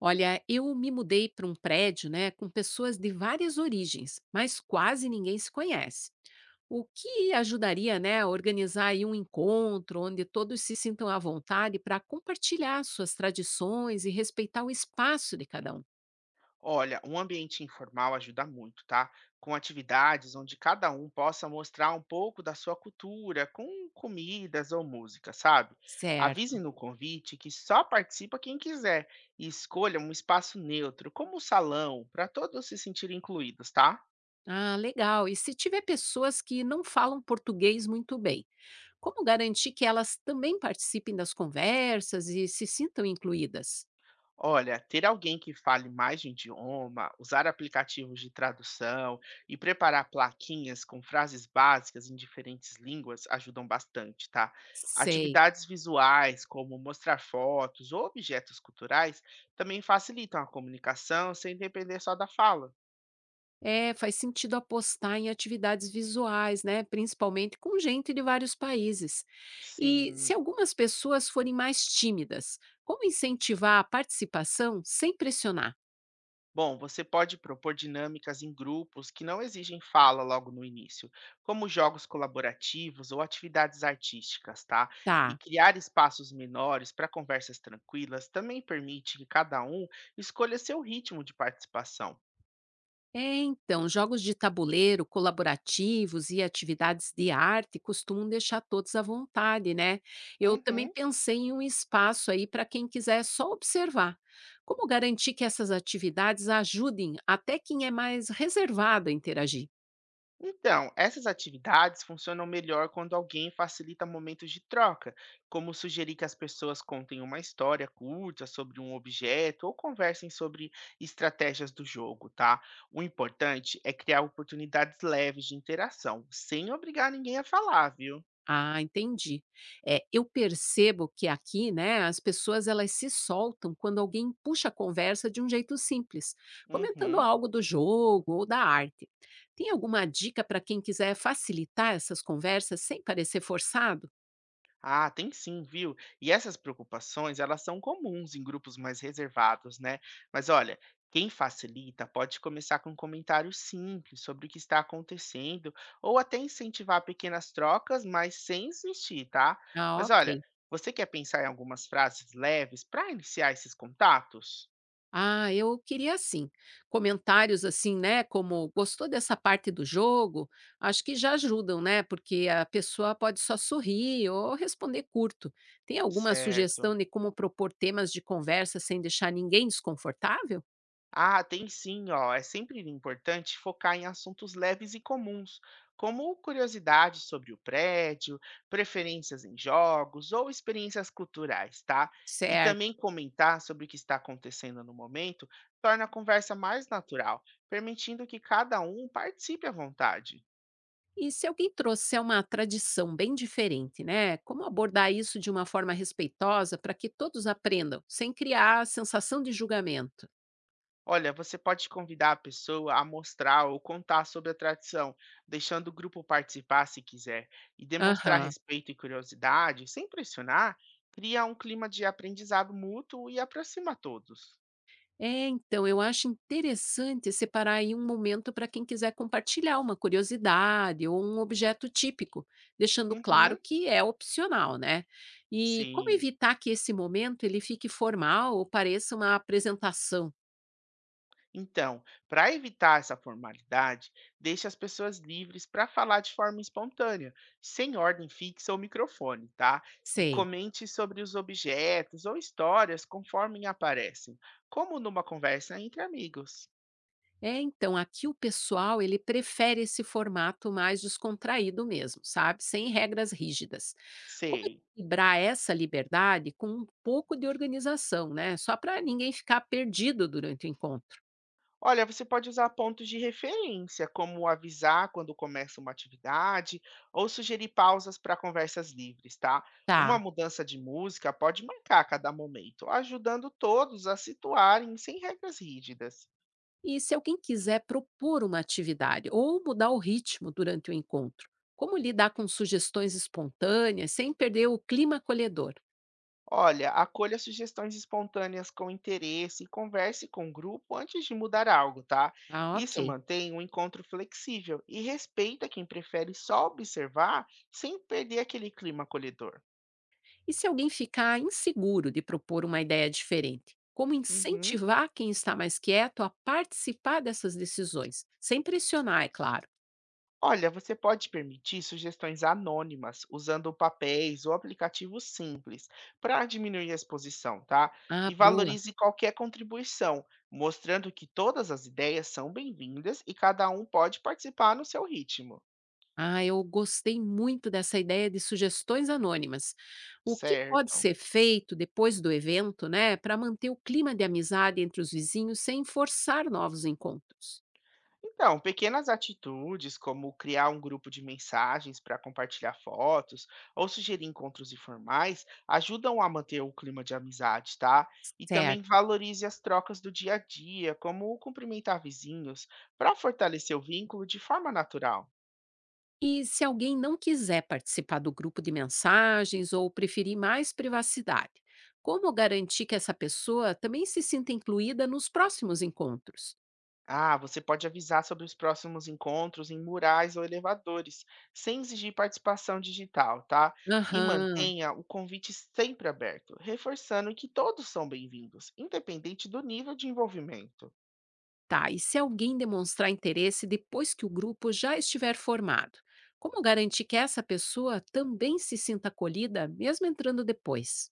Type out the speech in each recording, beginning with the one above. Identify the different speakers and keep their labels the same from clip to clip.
Speaker 1: Olha, eu me mudei para um prédio, né, com pessoas de várias origens, mas quase ninguém se conhece. O que ajudaria, né, a organizar aí um encontro onde todos se sintam à vontade para compartilhar suas tradições e respeitar o espaço de cada um.
Speaker 2: Olha, um ambiente informal ajuda muito, tá? Com atividades onde cada um possa mostrar um pouco da sua cultura, com comidas ou música, sabe? Avise
Speaker 1: Certo.
Speaker 2: no convite que só participa quem quiser e escolha um espaço neutro, como o salão, para todos se sentirem incluídos, tá?
Speaker 1: Ah, legal. E se tiver pessoas que não falam português muito bem, como garantir que elas também participem das conversas e se sintam incluídas?
Speaker 2: Olha, ter alguém que fale mais de um idioma, usar aplicativos de tradução e preparar plaquinhas com frases básicas em diferentes línguas ajudam bastante, tá?
Speaker 1: Sei.
Speaker 2: Atividades visuais, como mostrar fotos ou objetos culturais, também facilitam a comunicação sem depender só da fala.
Speaker 1: É, faz sentido apostar em atividades visuais, né? Principalmente com gente de vários países. E se
Speaker 2: Sim.
Speaker 1: algumas pessoas forem mais tímidas, como incentivar a participação sem pressionar?
Speaker 2: Bom, você pode propor dinâmicas em grupos que não exigem fala logo no início, como jogos colaborativos ou atividades artísticas, tá? E
Speaker 1: Tá.
Speaker 2: criar espaços menores para conversas tranquilas também permite que cada um escolha seu ritmo de participação.
Speaker 1: É, então, jogos de tabuleiro, colaborativos e atividades de arte costumam deixar todos à vontade, né? Eu também
Speaker 2: Uhum.
Speaker 1: pensei em um espaço aí para quem quiser só observar. Como garantir que essas atividades ajudem até quem é mais reservado a interagir?
Speaker 2: Então, essas atividades funcionam melhor quando alguém facilita momentos de troca, como sugerir que as pessoas contem uma história curta sobre um objeto ou conversem sobre estratégias do jogo, tá? O importante é criar oportunidades leves de interação, sem obrigar ninguém a falar, viu?
Speaker 1: Ah, entendi. É, eu percebo que aqui, né, as pessoas elas se soltam quando alguém puxa a conversa de um jeito simples, comentando
Speaker 2: Uhum.
Speaker 1: algo do jogo ou da arte. Tem alguma dica para quem quiser facilitar essas conversas sem parecer forçado?
Speaker 2: Ah, tem sim, viu? E essas preocupações, elas são comuns em grupos mais reservados, né? Mas olha, quem facilita pode começar com um comentário simples sobre o que está acontecendo, ou até incentivar pequenas trocas, mas sem insistir, tá?
Speaker 1: Ah,
Speaker 2: Mas olha,
Speaker 1: ok.
Speaker 2: você quer pensar em algumas frases leves para iniciar esses contatos?
Speaker 1: Ah, eu queria assim, comentários assim, né, como gostou dessa parte do jogo? Acho que já ajudam, né? Porque a pessoa pode só sorrir ou responder curto. Tem alguma
Speaker 2: Certo.
Speaker 1: sugestão de como propor temas de conversa sem deixar ninguém desconfortável?
Speaker 2: Ah, tem sim, ó. É sempre importante focar em assuntos leves e comuns, como curiosidades sobre o prédio, preferências em jogos ou experiências culturais, tá? E também
Speaker 1: Certo.
Speaker 2: comentar sobre o que está acontecendo no momento torna a conversa mais natural, permitindo que cada um participe à vontade.
Speaker 1: E se alguém trouxer uma tradição bem diferente, né? Como abordar isso de uma forma respeitosa para que todos aprendam, sem criar a sensação de julgamento?
Speaker 2: Olha, você pode convidar a pessoa a mostrar ou contar sobre a tradição, deixando o grupo participar se quiser, e demonstrar
Speaker 1: Aham.
Speaker 2: respeito e curiosidade, sem pressionar, cria um clima de aprendizado mútuo e aproxima todos.
Speaker 1: É, então, eu acho interessante separar aí um momento para quem quiser compartilhar uma curiosidade ou um objeto típico, deixando claro
Speaker 2: Uhum,
Speaker 1: que é opcional, né? E como
Speaker 2: sim.
Speaker 1: evitar que esse momento ele fique formal ou pareça uma apresentação?
Speaker 2: Então, para evitar essa formalidade, deixe as pessoas livres para falar de forma espontânea, sem ordem fixa ou microfone, tá? E
Speaker 1: Sei.
Speaker 2: comente sobre os objetos ou histórias conforme aparecem, como numa conversa entre amigos.
Speaker 1: É, então, aqui o pessoal, ele prefere esse formato mais descontraído mesmo, sabe? Sem regras rígidas. Como
Speaker 2: Sei.
Speaker 1: equilibrar essa liberdade com um pouco de organização, né? Só para ninguém ficar perdido durante o encontro.
Speaker 2: Olha, você pode usar pontos de referência, como avisar quando começa uma atividade ou sugerir pausas para conversas livres, tá? Uma
Speaker 1: Tá.
Speaker 2: mudança de música pode marcar cada momento, ajudando todos a situarem sem regras rígidas.
Speaker 1: E se alguém quiser propor uma atividade ou mudar o ritmo durante o encontro, como lidar com sugestões espontâneas sem perder o clima acolhedor?
Speaker 2: Olha, acolha sugestões espontâneas com interesse e converse com o grupo antes de mudar algo, tá?
Speaker 1: Ah,
Speaker 2: Isso
Speaker 1: ok.
Speaker 2: mantém o encontro flexível e respeita quem prefere só observar sem perder aquele clima acolhedor.
Speaker 1: E se alguém ficar inseguro de propor uma ideia diferente, como
Speaker 2: Uhum.
Speaker 1: incentivar quem está mais quieto a participar dessas decisões, sem pressionar, é claro?
Speaker 2: Olha, você pode permitir sugestões anônimas usando papéis ou aplicativos simples para diminuir a exposição, tá?
Speaker 1: Ah,
Speaker 2: E
Speaker 1: boa.
Speaker 2: valorize qualquer contribuição, mostrando que todas as ideias são bem-vindas e cada um pode participar no seu ritmo,
Speaker 1: Ah, eu gostei muito dessa ideia de sugestões anônimas. O que pode
Speaker 2: certo?
Speaker 1: ser feito depois do evento, né, para manter o clima de amizade entre os vizinhos sem forçar novos encontros?
Speaker 2: Então, pequenas atitudes como criar um grupo de mensagens para compartilhar fotos ou sugerir encontros informais ajudam a manter o clima de amizade, tá? E também
Speaker 1: Certo.
Speaker 2: valorize as trocas do dia a dia, como cumprimentar vizinhos, para fortalecer o vínculo de forma natural.
Speaker 1: E se alguém não quiser participar do grupo de mensagens ou preferir mais privacidade, como garantir que essa pessoa também se sinta incluída nos próximos encontros?
Speaker 2: Ah, você pode avisar sobre os próximos encontros em murais ou elevadores, sem exigir participação digital, tá? E
Speaker 1: Aham.
Speaker 2: mantenha o convite sempre aberto, reforçando que todos são bem-vindos, independente do nível de envolvimento.
Speaker 1: Tá, e se alguém demonstrar interesse depois que o grupo já estiver formado, como garantir que essa pessoa também se sinta acolhida, mesmo entrando depois?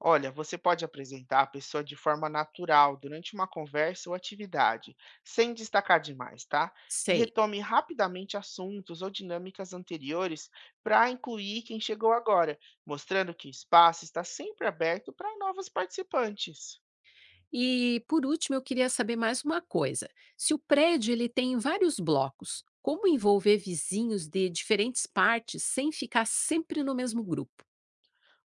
Speaker 2: Olha, você pode apresentar a pessoa de forma natural durante uma conversa ou atividade, sem destacar demais, tá? E
Speaker 1: Sei.
Speaker 2: retome rapidamente assuntos ou dinâmicas anteriores para incluir quem chegou agora, mostrando que o espaço está sempre aberto para novos participantes.
Speaker 1: E por último, eu queria saber mais uma coisa. Se o prédio ele tem vários blocos, como envolver vizinhos de diferentes partes sem ficar sempre no mesmo grupo?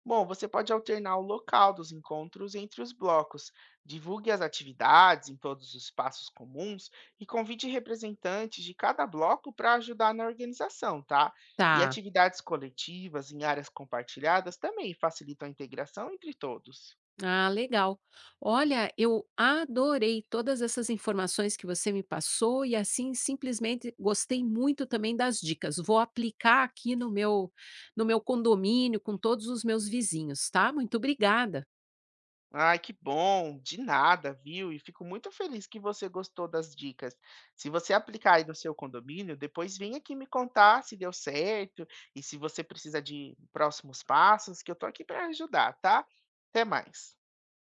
Speaker 2: Bom, você pode alternar o local dos encontros entre os blocos, divulgue as atividades em todos os espaços comuns e convide representantes de cada bloco para ajudar na organização, tá? E
Speaker 1: Tá.
Speaker 2: atividades coletivas em áreas compartilhadas também facilitam a integração entre todos.
Speaker 1: Ah, legal. Olha, eu adorei todas essas informações que você me passou e assim simplesmente gostei muito também das dicas. Vou aplicar aqui no meu condomínio com todos os meus vizinhos, tá? Muito obrigada.
Speaker 2: Ai, que bom, de nada, viu? E fico muito feliz que você gostou das dicas. Se você aplicar aí no seu condomínio, depois vem aqui me contar se deu certo e se você precisa de próximos passos, que eu tô aqui para ajudar, tá? Até mais.